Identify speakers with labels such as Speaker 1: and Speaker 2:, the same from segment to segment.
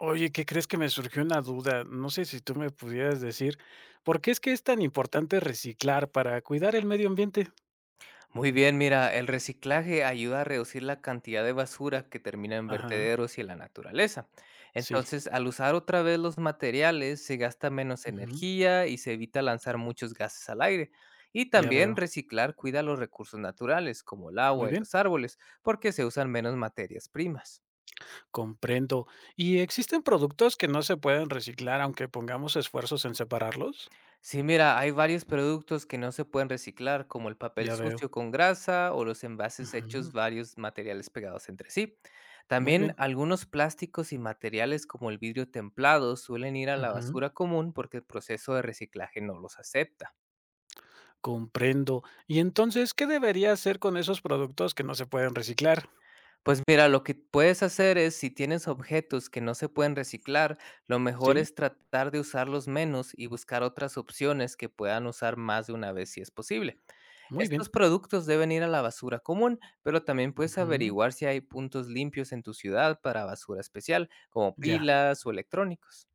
Speaker 1: Oye, ¿qué crees? Que me surgió una duda. No sé si tú me pudieras decir, ¿por qué es que es tan importante reciclar para cuidar el medio ambiente?
Speaker 2: Muy bien, mira, el reciclaje ayuda a reducir la cantidad de basura que termina en
Speaker 1: Ajá,
Speaker 2: vertederos y en la naturaleza.
Speaker 1: sí,
Speaker 2: Entonces, al usar otra vez los materiales, se gasta menos
Speaker 1: ujú,
Speaker 2: energía y se evita lanzar muchos gases al aire. Y
Speaker 1: ya
Speaker 2: también
Speaker 1: veo.
Speaker 2: reciclar cuida los recursos naturales, como el
Speaker 1: Muy
Speaker 2: agua y
Speaker 1: bien,
Speaker 2: los árboles, porque se usan menos materias primas.
Speaker 1: comprendo. ¿Y existen productos que no se pueden reciclar aunque pongamos esfuerzos en separarlos?
Speaker 2: Sí, mira, hay varios productos que no se pueden reciclar, como el papel
Speaker 1: Ya veo.
Speaker 2: sucio con grasa o los envases hechos
Speaker 1: Ujú,
Speaker 2: varios materiales pegados entre sí.
Speaker 1: muy
Speaker 2: También
Speaker 1: bien.
Speaker 2: algunos plásticos y materiales como el vidrio templado suelen ir a la
Speaker 1: Ujú,
Speaker 2: basura común porque el proceso de reciclaje no los acepta.
Speaker 1: comprendo. ¿Y entonces qué debería hacer con esos productos que no se pueden reciclar?
Speaker 2: Pues mira, lo que puedes hacer es, si tienes objetos que no se pueden reciclar, lo mejor
Speaker 1: Sí,
Speaker 2: es tratar de usarlos menos y buscar otras opciones que puedan usar más de una vez si es posible.
Speaker 1: muy
Speaker 2: Estos
Speaker 1: bien.
Speaker 2: productos deben ir a la basura común, pero también puedes
Speaker 1: Ujú,
Speaker 2: averiguar si hay puntos limpios en tu ciudad para basura especial, como
Speaker 1: ya.
Speaker 2: pilas o electrónicos.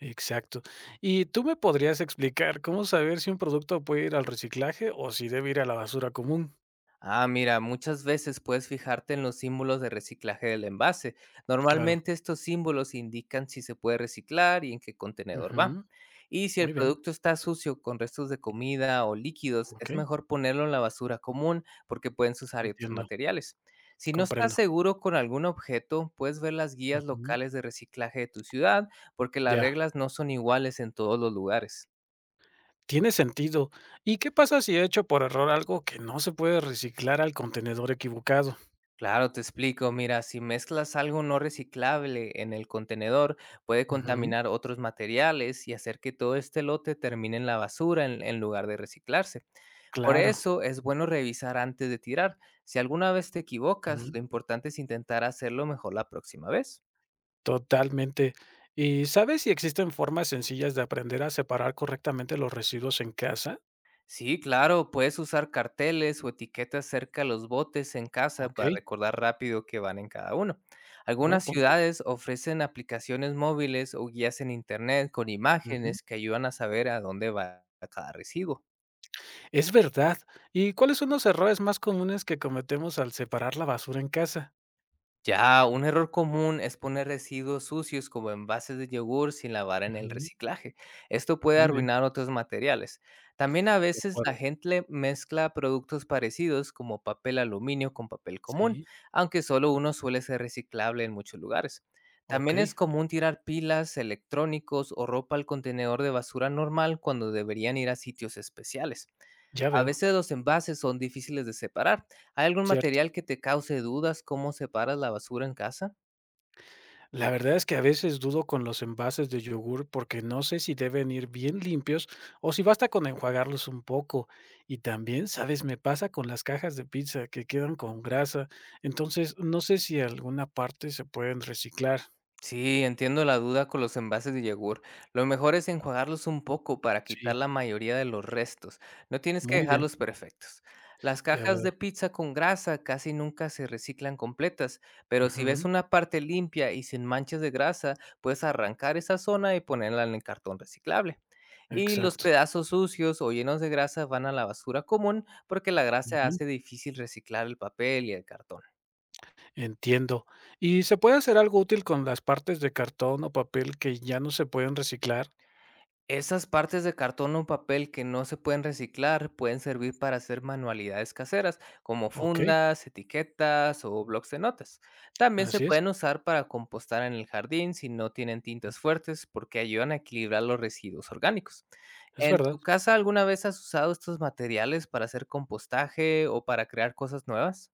Speaker 1: Exacto. ¿Y tú me podrías explicar cómo saber si un producto puede ir al reciclaje o si debe ir a la basura común?
Speaker 2: Ah, mira, muchas veces puedes fijarte en los símbolos de reciclaje del envase.
Speaker 1: Claro.
Speaker 2: Normalmente estos símbolos indican si se puede reciclar y en qué contenedor va.
Speaker 1: Ujú.
Speaker 2: Y si
Speaker 1: Muy
Speaker 2: el
Speaker 1: bien.
Speaker 2: producto está sucio con restos de comida o líquidos,
Speaker 1: Ok.
Speaker 2: es mejor ponerlo en la basura común porque pueden se usar otros
Speaker 1: Entiendo.
Speaker 2: materiales. Si no estás
Speaker 1: Comprendo.
Speaker 2: seguro con algún objeto, puedes ver las guías
Speaker 1: Ujú.
Speaker 2: locales de reciclaje de tu ciudad porque las
Speaker 1: Ya.
Speaker 2: reglas no son iguales en todos los lugares.
Speaker 1: Tiene sentido. ¿Y qué pasa si he hecho por error algo que no se puede reciclar al contenedor equivocado?
Speaker 2: Claro, te explico. Mira, si mezclas algo no reciclable en el contenedor, puede
Speaker 1: Ujú.
Speaker 2: contaminar otros materiales y hacer que todo este lote termine en la basura en lugar de reciclarse. Por
Speaker 1: Claro.
Speaker 2: eso es bueno revisar antes de tirar. Si alguna vez te equivocas,
Speaker 1: Ujú.
Speaker 2: lo importante es intentar hacerlo mejor la próxima vez.
Speaker 1: Totalmente. ¿Y sabes si existen formas sencillas de aprender a separar correctamente los residuos en casa?
Speaker 2: Sí, claro, puedes usar carteles o etiquetas cerca de los botes en casa
Speaker 1: Ok.
Speaker 2: para recordar rápido que van en cada uno.
Speaker 1: Buen
Speaker 2: Algunas
Speaker 1: punto.
Speaker 2: ciudades ofrecen aplicaciones móviles o guías en internet con imágenes que ayudan a saber a dónde va cada residuo.
Speaker 1: Es verdad. ¿Y cuáles son los errores más comunes que cometemos al separar la basura en casa?
Speaker 2: Ya, un error común es poner residuos sucios como envases de yogur sin lavar en el
Speaker 1: Ujú,
Speaker 2: reciclaje. Esto puede
Speaker 1: muy bien,
Speaker 2: arruinar otros materiales. También a
Speaker 1: de
Speaker 2: veces la
Speaker 1: acuerdo.
Speaker 2: gente mezcla productos parecidos como papel aluminio con papel común,
Speaker 1: Sí,
Speaker 2: aunque solo uno suele ser reciclable en muchos lugares. También
Speaker 1: okey,
Speaker 2: es común tirar pilas, electrónicos o ropa al contenedor de basura normal cuando deberían ir a sitios especiales.
Speaker 1: ya
Speaker 2: A
Speaker 1: veo,
Speaker 2: veces los envases son difíciles de separar. ¿Hay algún
Speaker 1: cierto.
Speaker 2: material que te cause dudas cómo separas la basura en casa?
Speaker 1: La verdad es que a veces dudo con los envases de yogur porque no sé si deben ir bien limpios o si basta con enjuagarlos un poco. Y también, ¿sabes? Me pasa con las cajas de pizza que quedan con grasa. Entonces, no sé si alguna parte se pueden reciclar.
Speaker 2: Sí, entiendo la duda con los envases de yogur. Lo mejor es enjuagarlos un poco para
Speaker 1: Sí,
Speaker 2: quitar la mayoría de los restos. No tienes que
Speaker 1: muy bien,
Speaker 2: dejarlos perfectos. Las
Speaker 1: ya
Speaker 2: cajas de
Speaker 1: veo.
Speaker 2: pizza con grasa casi nunca se reciclan completas, pero si ves
Speaker 1: Ujú,
Speaker 2: una parte limpia y sin manchas de grasa, puedes arrancar esa zona y ponerla en el cartón reciclable. Y los
Speaker 1: exacto.
Speaker 2: pedazos sucios o llenos de grasa van a la basura común porque la grasa
Speaker 1: Ujú.
Speaker 2: hace difícil reciclar el papel y el cartón.
Speaker 1: Entiendo. ¿Y se puede hacer algo útil con las partes de cartón o papel que ya no se pueden reciclar?
Speaker 2: Esas partes de cartón o papel que no se pueden reciclar pueden servir para hacer manualidades caseras, como
Speaker 1: Ok,
Speaker 2: fundas, etiquetas o blocs de notas. También se
Speaker 1: así
Speaker 2: pueden usar para compostar en el jardín si no tienen tintas fuertes porque ayudan a equilibrar los residuos orgánicos.
Speaker 1: es
Speaker 2: ¿En
Speaker 1: verdad.
Speaker 2: tu casa alguna vez has usado estos materiales para hacer compostaje o para crear cosas nuevas?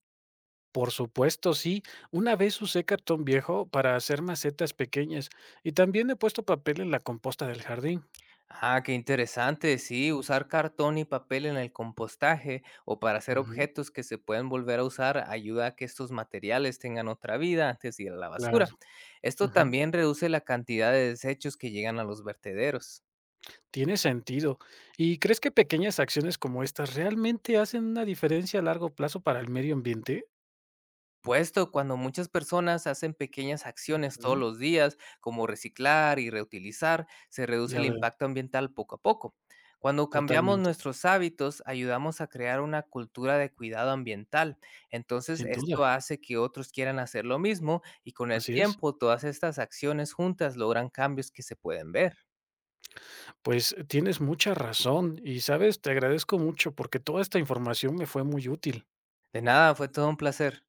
Speaker 1: Por supuesto, sí. Una vez usé cartón viejo para hacer macetas pequeñas y también he puesto papel en la composta del jardín.
Speaker 2: Ah, qué interesante. Sí, usar cartón y papel en el compostaje o para hacer
Speaker 1: Ujú,
Speaker 2: objetos que se pueden volver a usar ayuda a que estos materiales tengan otra vida antes de ir a la
Speaker 1: claro,
Speaker 2: basura. Esto
Speaker 1: ujú,
Speaker 2: también reduce la cantidad de desechos que llegan a los vertederos.
Speaker 1: tiene sentido. ¿Y crees que pequeñas acciones como estas realmente hacen una diferencia a largo plazo para el medio ambiente?
Speaker 2: Puesto, cuando muchas personas hacen pequeñas acciones todos
Speaker 1: Ujú,
Speaker 2: los días, como reciclar y reutilizar, se reduce
Speaker 1: ya
Speaker 2: el
Speaker 1: veo,
Speaker 2: impacto ambiental poco a poco. Cuando cambiamos
Speaker 1: totalmente,
Speaker 2: nuestros hábitos, ayudamos a crear una cultura de cuidado ambiental. Entonces,
Speaker 1: sin duda,
Speaker 2: esto hace que otros quieran hacer lo mismo y con el
Speaker 1: así es.
Speaker 2: tiempo todas estas acciones juntas logran cambios que se pueden ver.
Speaker 1: Pues tienes mucha razón y, ¿sabes? Te agradezco mucho porque toda esta información me fue muy útil.
Speaker 2: De nada, fue todo un placer.